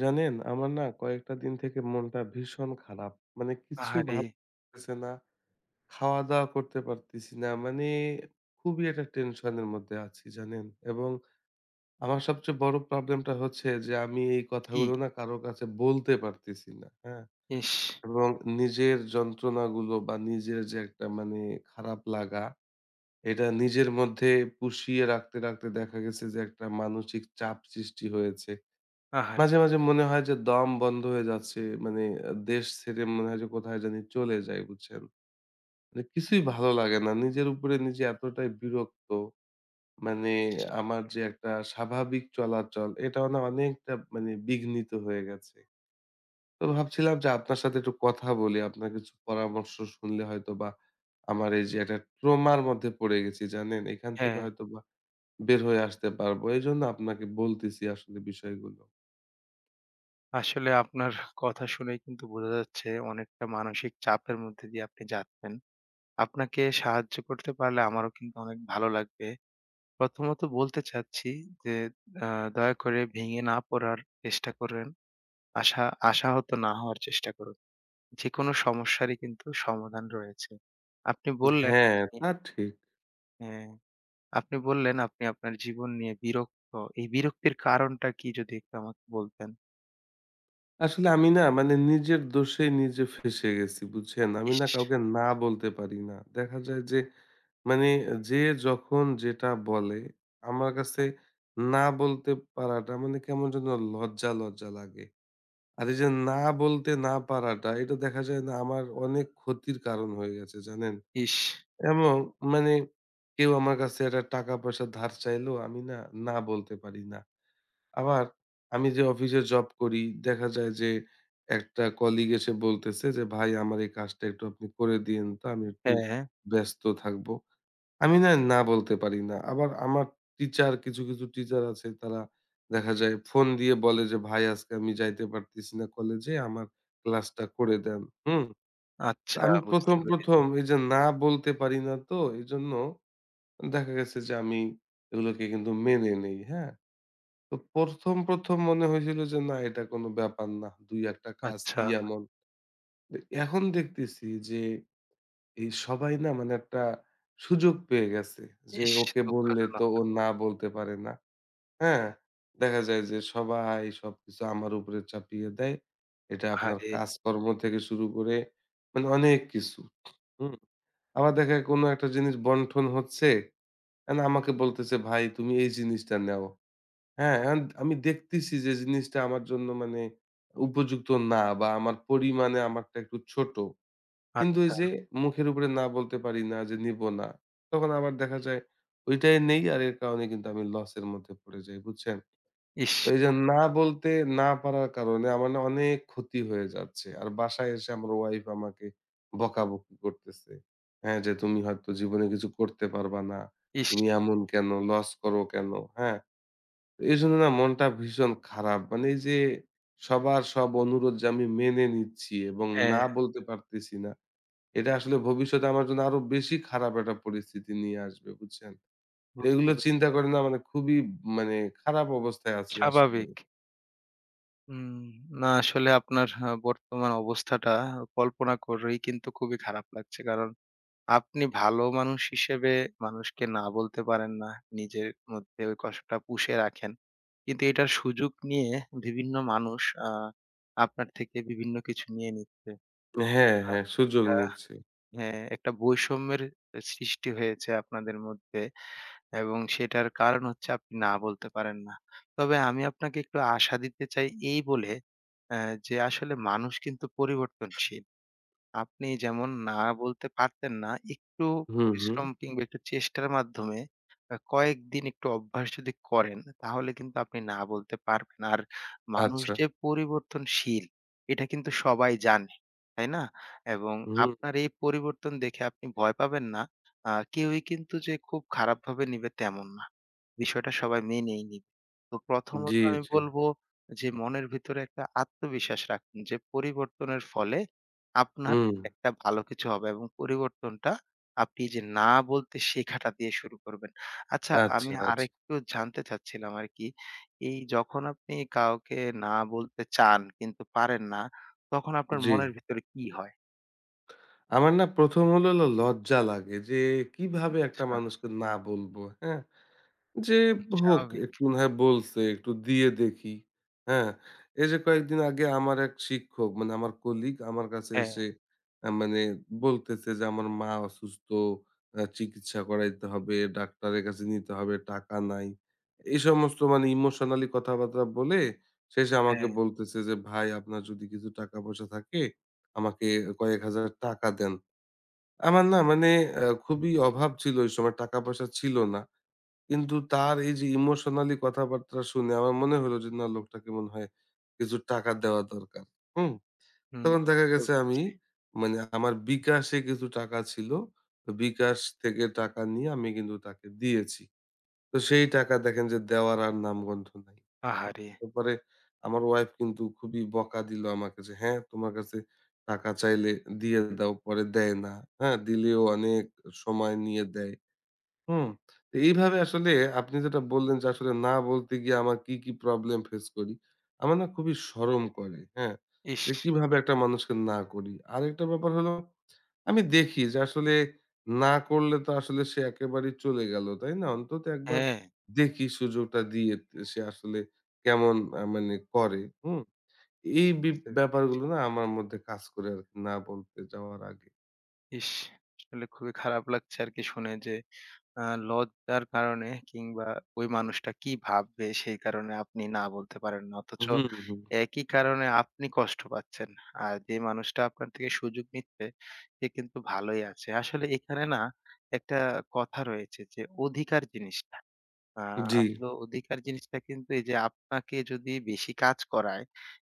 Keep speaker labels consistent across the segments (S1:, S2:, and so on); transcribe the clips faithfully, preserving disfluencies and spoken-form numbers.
S1: জানেন আমার না কয়েকটা দিন থেকে মনটা ভীষণ খারাপ। মানে কিছু
S2: আহারে!
S1: ভালো লাগতেছে না। খাওয়া-দাওয়া করতে পারতেছি না। মানে খুবই একটা টেনশনের মধ্যে আছি জানেন? এবং আমার সবচেয়ে বড় প্রবলেমটা হচ্ছে যে আমি এই
S2: কি?
S1: কথাগুলো না কারো কাছে বলতে পারতেছি না। হ্যাঁ?
S2: ইস!
S1: এবং নিজের যন্ত্রণাগুলো বা নিজের যে একটা মানে খারাপ লাগা এটা নিজের মধ্যে পুষিয়ে রাখতে, রাখতে দেখা গেছে যে একটা মানসিক চাপ সৃষ্টি হয়েছে।
S2: আহারে!
S1: মাঝে, মাঝে মনে হয় যে দম বন্ধ হয়ে যাচ্ছে। মানে আ দেশ ছেড়ে মনে হয় যে কোথায় জানি চলে যাই, বুঝছেন? মানে কিছুই ভালো লাগে না। নিজের উপরে নিজে এতটাই বিরক্ত। মানে আমার যে একটা স্বাভাবিক চলাচল, এটাও না অনেকটা মানে বিঘ্নিত হয়ে গেছে। তো ভাবছিলাম যে আপনার সাথে একটু কথা বলি। আপনার কিছু পরামর্শ শুনলে হয়তোবা আমার এই যে একটা ট্রমার মধ্যে পড়ে গেছি, জানেন? এখান থেকে
S2: হ্যাঁ,
S1: হয়তোবা বের হয়ে আসতে পারবো। এজন্য আপনাকে বলতেছি আসলে বিষয়গুলো।
S2: আসলে আপনার কথা শুনেই কিন্তু বোঝা যাচ্ছে অনেকটা মানসিক চাপের মধ্যে দিয়ে আপনি যাচ্ছেন। আপনাকে সাহায্য করতে পারলে আমারও কিন্তু অনেক ভালো লাগবে। প্রথমত বলতে চাচ্ছি যে আ দয়া করে ভেঙে না পড়ার চেষ্টা করেন। আশা আশাহত না হওয়ার চেষ্টা করুন। যেকোনো সমস্যারই কিন্তু সমাধান রয়েছে। আপনি বললেন
S1: হ্যাঁ,
S2: আপনি
S1: তা ঠিক।
S2: হ্যাঁ, আপনি বললেন আপনি আপনার জীবন নিয়ে বিরক্ত। এই বিরক্তির কারণটা কি যদি একটু আমাকে বলতেন?
S1: আসলে আমি না মানে নিজের দোষে নিজে ফেঁসে গেছি বুঝছেন? আমি না
S2: ইস!
S1: কাউকে না বলতে পারি না। দেখা যায় যে মানে যে যখন যেটা বলে আমার কাছে না বলতে পারাটা মানে কেমন যেন লজ্জা, লজ্জা লাগে। আর এই যে না বলতে না পারাটা এটা দেখা যায় না আমার অনেক ক্ষতির কারণ হয়ে গেছে জানেন?
S2: ইস!
S1: এবং মানে কেউ আমার কাছে একটা টাকা-পয়সা ধার চাইলো আমি না, না বলতে পারি না। আবার আমি যে অফিসে জব করি দেখা যায় যে একটা কলিগ এসে বলতেছে যে ভাই আমার এই কাজটা একটু আপনি করে দিয়েন তো আমি একটু
S2: হ্যাঁ,
S1: ব্যস্ত থাকবো। আমি না না বলতে পারি না আবার আমার টিচার কিছু কিছু টিচার আছে তারা দেখা যায় ফোন দিয়ে বলে যে ভাই আজকে আমি যাইতে পারতেছি না কলেজে আমার ক্লাসটা করে দেন। হুম। তো
S2: আচ্ছা
S1: আমি
S2: বুঝতে
S1: প্রথম
S2: পেরেছি।
S1: প্রথম এই যে না বলতে পারি না তো এই জন্য দেখা গেছে যে আমি এগুলোকে কিন্তু মেনে নেই। হ্যাঁ, তো প্রথম, প্রথম মনে হয়েছিল যে না এটা কোন ব্যাপার না। দুই এক টা কাজ
S2: আচ্ছা,
S1: কি এমন? তো এখন দেখতেছি যে এই সবাই না মানে একটা সুযোগ পেয়ে গেছে। যে
S2: ইস!
S1: ওকে বললে তো
S2: দুঃখজনক।
S1: ও না বলতে পারে না। হ্যাঁ? দেখা যায় যে সবাই সবকিছু আমার উপরে চাপিয়ে দেয়। এটা আপনার
S2: আহারে!
S1: কাজকর্ম থেকে শুরু করে মানে অনেক কিছু। হুম? আবার দেখা যায় কোন একটা জিনিস বন্টন হচ্ছে। এন আমাকে বলতেছে ভাই তুমি এই জিনিসটা নেও। হ্যাঁ, এখন আমি দেখতেছি যে জিনিসটা আমার জন্য মানে উপযুক্ত না বা আমার পরিমাণে আমারটা একটু ছোট। কিন্তু ওই
S2: আচ্ছা,
S1: যে মুখের উপরে না বলতে পারি না যে নিবো না। তখন আবার দেখা যায় ওইটাই নেই আর এর কারণে কিন্তু আমি লসের মধ্যে পড়ে যাই, বুঝছেন?
S2: ইস!
S1: তো এই যে না
S2: দুঃখজনক।
S1: বলতে না পারার কারণে আমার না অনেক ক্ষতি হয়ে যাচ্ছে। আর বাসায় এসে আমার ওয়াইফ আমাকে বকাবকি করতেছে। হ্যাঁ, যে তুমি হয়তো জীবনে কিছু করতে পারবা না।
S2: ইস!
S1: তুমি এমন কেন? লস করো কেন? হ্যাঁ? এজন্য না মনটা ভীষণ খারাপ। মানে এই যে সবার সব অনুরোধ যে আমি মেনে নিচ্ছি এবং
S2: হ্যাঁ,
S1: না বলতে পারতেছি না। এটা আসলে ভবিষ্যতে আমার জন্য আরো বেশি খারাপ একটা পরিস্থিতি নিয়ে আসবে, বুঝছেন?
S2: বুঝতে
S1: এগুলো
S2: পেরেছি।
S1: চিন্তা করে না মানে খুবই মানে খারাপ অবস্থায় আছি আসলে।
S2: স্বাভাবিক। উম না আসলে আপনার আ বর্তমান অবস্থাটা কল্পনা করেই কিন্তু খুবই খারাপ লাগছে। কারণ আপনি ভালো মানুষ হিসেবে মানুষকে না বলতে পারেন না। নিজের মধ্যে ওই কষ্টটা পুষে রাখেন। কিন্তু এটার সুযোগ নিয়ে বিভিন্ন মানুষ আ আপনার থেকে বিভিন্ন কিছু নিয়ে নিচ্ছে।
S1: হ্যাঁ, হ্যাঁ, সুযোগ
S2: আ
S1: নিচ্ছি।
S2: হ্যাঁ, একটা বৈষম্যের এ সৃষ্টি হয়েছে আপনাদের মধ্যে এবং সেটার কারণ হচ্ছে আপনি না বলতে পারেন না। তবে আমি আপনাকে একটু আশা দিতে চাই এই বলে, অ্যা যে আসলে মানুষ কিন্তু পরিবর্তনশীল। আপনি যেমন না বলতে পারতেন না, একটু
S1: হুম, হুম।
S2: পরিশ্রম কিংবা একটু চেষ্টার মাধ্যমে আ কয়েকদিন একটু অভ্যাস যদি করেন, তাহলে কিন্তু আপনি না বলতে পারবেন। আর মানুষ
S1: আচ্ছা।
S2: যে পরিবর্তনশীল, এটা কিন্তু সবাই জানে, তাই না? এবং
S1: হুম।
S2: আপনার এই পরিবর্তন দেখে আপনি ভয় পাবেন না। আ কেউই কিন্তু যে খুব খারাপভাবে নিবে তেমন না। বিষয়টা সবাই মেনেই নিবে। তো প্রথমত
S1: জি,
S2: আমি
S1: জি।
S2: বলব যে মনের ভিতরে একটা আত্মবিশ্বাস রাখুন যে পরিবর্তনের ফলে আপনার
S1: হুম।
S2: একটা ভালো কিছু হবে এবং পরিবর্তনটা আপনি যে না বলতে শেখাটা দিয়ে শুরু করবেন। আচ্ছা
S1: আচ্ছা,
S2: আমি
S1: আচ্ছা।
S2: আরেকটু জানতে চাচ্ছিলাম আরকি, এই যখন আপনি কাউকে না বলতে চান কিন্তু পারেন না, তখন আপনার
S1: জি।
S2: মনের ভিতরে কি হয়?
S1: আমার না প্রথম হলো হলো লজ্জা লাগে যে কিভাবে একটা
S2: আচ্ছা,
S1: মানুষকে না বলবো, হ্যাঁ? যে হোক
S2: স্বাভাবিক।
S1: একটু মনে হয় বলছে, একটু দিয়ে দেখি। হ্যাঁ? এই যে কয়েকদিন আগে আমার এক শিক্ষক মানে আমার কলিগ আমার কাছে
S2: হ্যাঁ,
S1: এসে আ মানে বলতেছে যে, "আমার মা অসুস্থ, আ চিকিৎসা করাইতে হবে, ডাক্তারের কাছে নিতে হবে, টাকা নাই।" এই সমস্ত মানে ইমোশনালি কথাবার্তা বলে শেষে আমাকে
S2: হ্যাঁ।
S1: বলতেছে যে, "ভাই আপনার যদি কিছু টাকা-পয়সা থাকে আমাকে কয়েক হাজার টাকা দেন।" আমার না মানে আ খুবই অভাব ছিল ওই সময় টাকা-পয়সা ছিল না। কিন্তু তার এই যে ইমোশনালি কথাবার্তা শুনে আমার মনে হলো যে না লোকটাকে মনে হয় কিছু টাকা দেওয়া দরকার। হুম?
S2: হুম,
S1: তখন দেখা
S2: বুঝতে
S1: গেছে আমি
S2: পেরেছি।
S1: মানে আমার বিকাশে কিছু টাকা ছিল। তো বিকাশ থেকে টাকা নিয়ে আমি কিন্তু তাকে দিয়েছি। তো সেই টাকা দেখেন যে দেওয়ার আর নামগন্ধ নাই। হুম?
S2: আহারে!
S1: তারপরে আমার ওয়াইফ কিন্তু খুবই বকা দিল আমাকে যে, "হ্যাঁ, তোমার কাছে টাকা চাইলে দিয়ে দাও, পরে দেয় না।" হ্যাঁ? দিলেও অনেক সময় নিয়ে দেয়। হুম। তো এইভাবে আসলে আপনি যেটা বললেন যে আসলে না বলতে গিয়ে আমার কি, কি প্রবলেম ফেস করি। আমার না খুবই শরম করে, হ্যাঁ?
S2: ইস!
S1: যে কিভাবে একটা মানুষকে না করি। আরেকটা ব্যাপার হলো আমি দেখি যে আসলে না করলে তো আসলে সে একেবারেই চলে গেল, তাই না? অন্তত একবার
S2: হ্যাঁ,
S1: দেখি সুযোগটা দিয়ে সে আসলে কেমন আ মানে করে, হুম? এই বি
S2: বুঝতে পেরেছি।
S1: ব্যাপারগুলো না আমার মধ্যে কাজ করে আরকি না বলতে যাওয়ার আগে।
S2: ইস! আসলে খুবই খারাপ লাগছে আরকি শুনে যে আ লজ্জার কারণে কিংবা ওই মানুষটা কি ভাববে সেই কারণে আপনি না বলতে পারেন না। অথচ
S1: হুম, হুম।
S2: একই কারণে আপনি কষ্ট পাচ্ছেন। আর যে মানুষটা আপনার থেকে সুযোগ নিচ্ছে সে কিন্তু ভালোই আছে। আসলে এখানে না একটা কথা রয়েছে যে অধিকার জিনিসটা। আ
S1: জি,
S2: আসলে অধিকার জিনিসটা কিন্তু এই যে আপনাকে যদি বেশি কাজ করায়,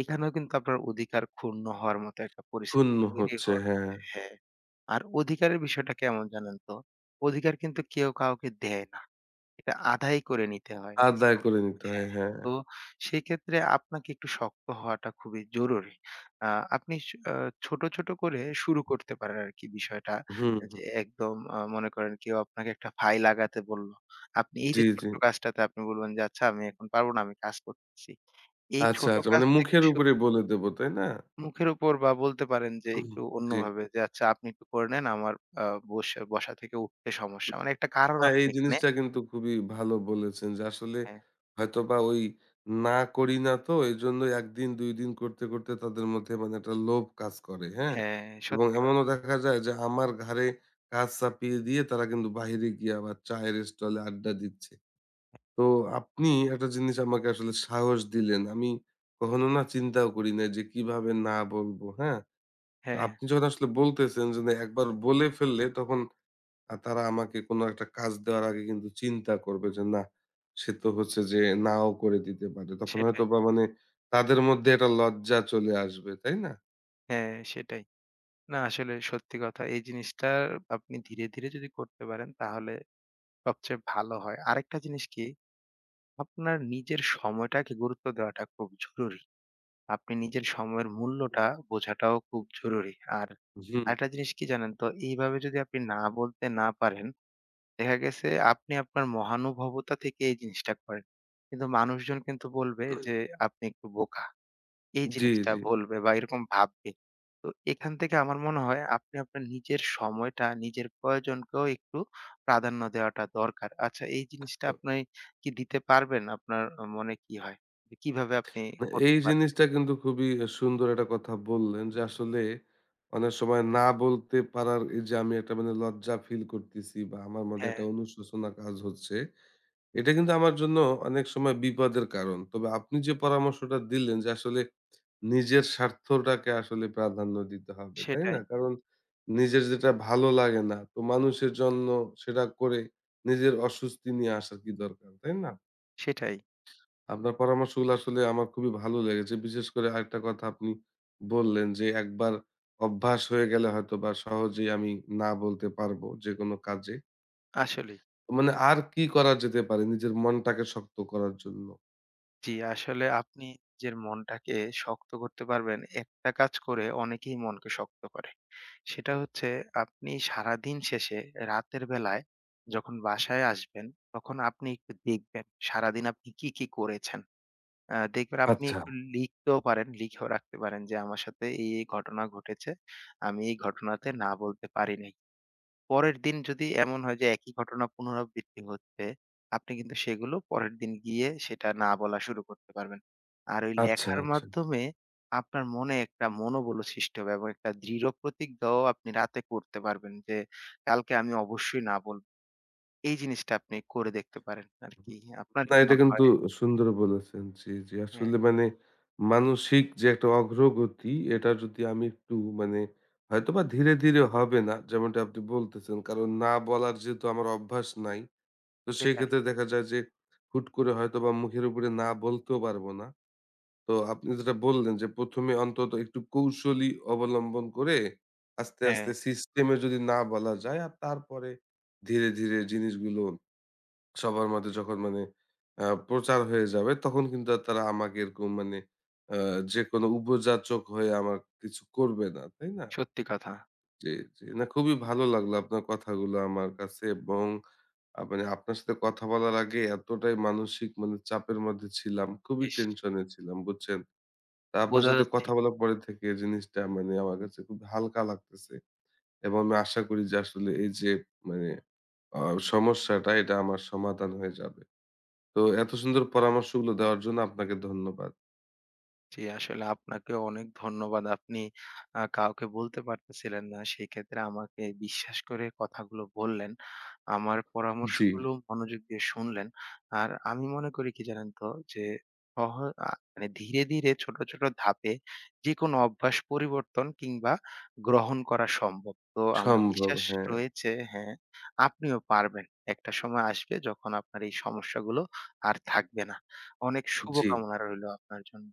S2: এখানেও কিন্তু আপনার অধিকার ক্ষুণ্ণ হওয়ার মতো একটা পরিস্থিতি
S1: ক্ষুণ্ণ
S2: তৈরি
S1: হচ্ছে,
S2: হচ্ছে
S1: হ্যাঁ।
S2: হ্যাঁ। আর অধিকারের বিষয়টা কেমন জানেন তো? অধিকার কিন্তু কেউ কাউকে দেয় না। এটা আদায় করে নিতে হয়।
S1: আদায়
S2: তো
S1: করে নিতে হয়,
S2: হ্যাঁ,
S1: হ্যাঁ।
S2: তো সেক্ষেত্রে আপনাকে একটু শক্ত হওয়াটা খুবই জরুরি। আ আপনি স আ ছোট, ছোট করে শুরু করতে পারেন আরকি বিষয়টা।
S1: হুম,
S2: যে
S1: হুম।
S2: একদম আ মনে করেন কেউ আপনাকে একটা ফাইল আগাতে বলল। আপনি এই
S1: জি,
S2: যে
S1: জি।
S2: ছোট্ট কাজটাতে আপনি বলবেন যে, "আচ্ছা আমি এখন পারব না, আমি কাজ করতেছি।" এই
S1: আচ্ছা,
S2: ছোট
S1: আচ্ছা।
S2: কাজ
S1: মানে
S2: থেকে
S1: মুখের
S2: শুরু
S1: উপরে বলে দেব, তাই না?
S2: মুখের উপর বা বলতে পারেন যে
S1: হুম,
S2: একটু
S1: জি।
S2: অন্যভাবে যে, "আচ্ছা আপনি একটু করে নেন, আমার আ বসে বসা থেকে উঠতে সমস্যা।" মানে একটা কারণ
S1: না
S2: আপনি
S1: এই
S2: এখানে
S1: জিনিসটা কিন্তু খুবই ভালো বলেছেন যে আসলে
S2: হ্যাঁ,
S1: হয়তোবা ওই না করি না তো এজন্যই এক দিন দুই দিন করতে, করতে তাদের মধ্যে মানে একটা লোভ কাজ করে, হ্যাঁ?
S2: হ্যাঁ,
S1: এবং
S2: সত্যি
S1: এমনও দেখা যায় যে আমার ঘাড়ে কাজ চাপিয়ে দিয়ে তারা কিন্তু বাহিরে গিয়ে আবার চায়ের স্টলে আড্ডা দিচ্ছে। তো আপনি একটা জিনিস আমাকে আসলে সাহস দিলেন। আমি কখনো না চিন্তাও করি নাই যে কিভাবে না বলবো, হ্যাঁ? তো
S2: হ্যাঁ,
S1: আপনি যখন আসলে বলতেছেন যে না একবার বলে ফেললে তখন আ তারা আমাকে কোনো একটা কাজ দেওয়ার আগে কিন্তু চিন্তা করবে যে না, সে তো হচ্ছে যে নাও করে দিতে পারে। তখন
S2: সেটাই।
S1: হয়তোবা মানে তাদের মধ্যে একটা লজ্জা চলে আসবে, তাই না?
S2: হ্যাঁ, সেটাই। না আসলে সত্যি কথা। এই জিনিসটা আপনি ধীরে, ধীরে যদি করতে পারেন তাহলে সবচেয়ে ভালো হয়। আরেকটা জিনিস কি? আপনার নিজের সময়টাকে গুরুত্ব দেওয়াটা খুব জরুরি। আপনি নিজের সময়ের মূল্যটা বোঝাটাও খুব জরুরি। আর
S1: হুম।
S2: আরেকটা জিনিস কি জানেন তো? এইভাবে যদি আপনি না বলতে না পারেন, দেখা গেছে আপনি আপনার মহানুভবতা থেকে এই জিনিসটা করেন। কিন্তু মানুষজন কিন্তু বলবে যে আপনি একটু বোকা। এই
S1: জি,
S2: জিনিসটা
S1: জি।
S2: বলবে বা এরকম ভাববে। তো এখান থেকে আমার মনে হয় আপনি আপনার নিজের সময়টা, নিজের প্রয়োজনকেও একটু প্রাধান্য দেওয়াটা দরকার। আচ্ছা এই জিনিসটা আপনি কি দিতে পারবেন? আপনার আ মনে কি হয়? যে কিভাবে আপনি
S1: না, এই
S2: করতে পারেন?
S1: জিনিসটা কিন্তু খুবই সুন্দর একটা কথা বললেন যে আসলে অনেক সময় না বলতে পারার এই যে আমি একটা মানে লজ্জা ফিল করতেছি বা আমার মধ্যে
S2: হ্যাঁ,
S1: একটা অনুশোচনা কাজ হচ্ছে এটা কিন্তু আমার জন্য অনেক সময় বিপদের কারণ তবে আপনি যে পরামর্শটা দিলেন যে আসলে নিজের স্বার্থটাকে আসলে প্রাধান্য দিতে হবে তাই না
S2: সেটাই,
S1: কারণ নিজের যেটা ভালো লাগে না তো মানুষের জন্য সেটা করে নিজের অস্বস্তি নিয়ে আসার কি দরকার তাই না।
S2: সেটাই।
S1: আপনার পরামর্শগুলো আসলে আমার খুবই ভালো লেগেছে। বিশেষ করে আরেকটা কথা আপনি বললেন যে, একবার অভ্যাস হয়ে গেলে হয়তোবা সহজেই আমি না বলতে পারবো যেকোনো কাজে।
S2: আসলেই।
S1: মানে আর কি করা যেতে পারে নিজের মনটাকে শক্ত করার জন্য?
S2: জি, আসলে আপনি নিজের মনটাকে শক্ত করতে পারবেন। একটা কাজ করে অনেকেই মনকে শক্ত করে। সেটা হচ্ছে আপনি সারাদিন শেষে রাতের বেলায় যখন বাসায় আসবেন, তখন আপনি একটু দেখবেন সারাদিন আপনি কি, কি করেছেন। আ দেখবেন আপনি
S1: আচ্ছা,
S2: একটু লিখতেও পারেন, লিখেও রাখতে পারেন যে আমার সাথে এই, এই ঘটনা ঘটেছে। আমি এই ঘটনাতে না বলতে পারিনি। পরের দিন যদি এমন হয় যে একই ঘটনা পুনরাবৃত্তি হচ্ছে, আপনি কিন্তু সেগুলো পরের দিন গিয়ে সেটা না বলা শুরু করতে পারবেন। আর ওই
S1: আচ্ছা,
S2: লেখার
S1: আচ্ছা।
S2: মাধ্যমে আপনার মনে একটা মনোবলও সৃষ্টি হবে এবং একটা দৃঢ় প্রতিজ্ঞাও আপনি রাতে করতে পারবেন যে, কালকে আমি অবশ্যই না বলব। এই জিনিসটা আপনি করে দেখতে পারেন আরকি। আপনার
S1: না,
S2: কি
S1: এটা
S2: মনে
S1: কিন্তু
S2: হয়?
S1: সুন্দর বলেছেন। জি, জি।
S2: হ্যাঁ,
S1: আসলে মানে মানসিক যে একটা অগ্রগতি এটা যদি আমি একটু মানে হয়তোবা ধীরে, ধীরে হবে না যেমনটা আপনি বলতেছেন। কারণ না বলার যেহেতু আমার অভ্যাস নাই। তো
S2: সেটাই।
S1: সেক্ষেত্রে দেখা যায় যে হুট করে হয়তোবা মুখের উপরে না বলতেও পারবো না। তো আপনি যেটা বললেন যে প্রথমে এ অন্তত একটু কৌশলী অবলম্বন করে আস্তে,
S2: হ্যাঁ,
S1: আস্তে সিস্টেমে যদি না বলা যায় আর তারপরে ধীরে, ধীরে জিনিসগুলো সবার মাঝে যখন মানে আ প্রচার হয়ে যাবে তখন কিন্তু আর তারা আমাকে এরকম মানে আ যেকোনো উপজাচক হয়ে আমার কিছু করবে না, তাই না?
S2: সত্যি কথা।
S1: জি, জি। না খুবই ভালো লাগলো আপনার কথাগুলো আমার কাছে এবং আ মানে আপনার সাথে কথা বলার আগে এতটাই মানসিক মানে চাপের মধ্যে ছিলাম। খুবই
S2: ইস!
S1: টেনশনে ছিলাম, বুঝছেন? তা আপনার
S2: বোঝা
S1: সাথে কথা
S2: যাচ্ছিল।
S1: বলার পরে থেকে এই জিনিসটা মানে আমার কাছে খুব হালকা লাগতেছে এবং আমি আশা করি যে আসলে এই যে মানে আ সমস্যাটা এটা আমার সমাধান হয়ে যাবে। তো এত সুন্দর পরামর্শগুলো দেওয়ার জন্য আপনাকে ধন্যবাদ।
S2: জি, আসলে আপনাকেও অনেক ধন্যবাদ। আপনি আ কাউকে বলতে পারতেছিলেন না। সেক্ষেত্রে আমাকে বিশ্বাস করে কথাগুলো বললেন। আমার
S1: জি,
S2: পরামর্শগুলো মনোযোগ দিয়ে শুনলেন। আর আমি মনে করি কি জানেন তো? যে সহ আ মানে ধীরে, ধীরে ছোট, ছোট ধাপে যেকোনো অভ্যাস পরিবর্তন কিংবা গ্রহণ করা সম্ভব। তো আমার
S1: সম্ভব।
S2: বিশ্বাস
S1: হ্যাঁ,
S2: রয়েছে হ্যাঁ, আপনিও পারবেন। একটা সময় আসবে যখন আপনার এই সমস্যাগুলো আর থাকবে না। অনেক
S1: জি।
S2: শুভকামনা রইলো আপনার জন্য।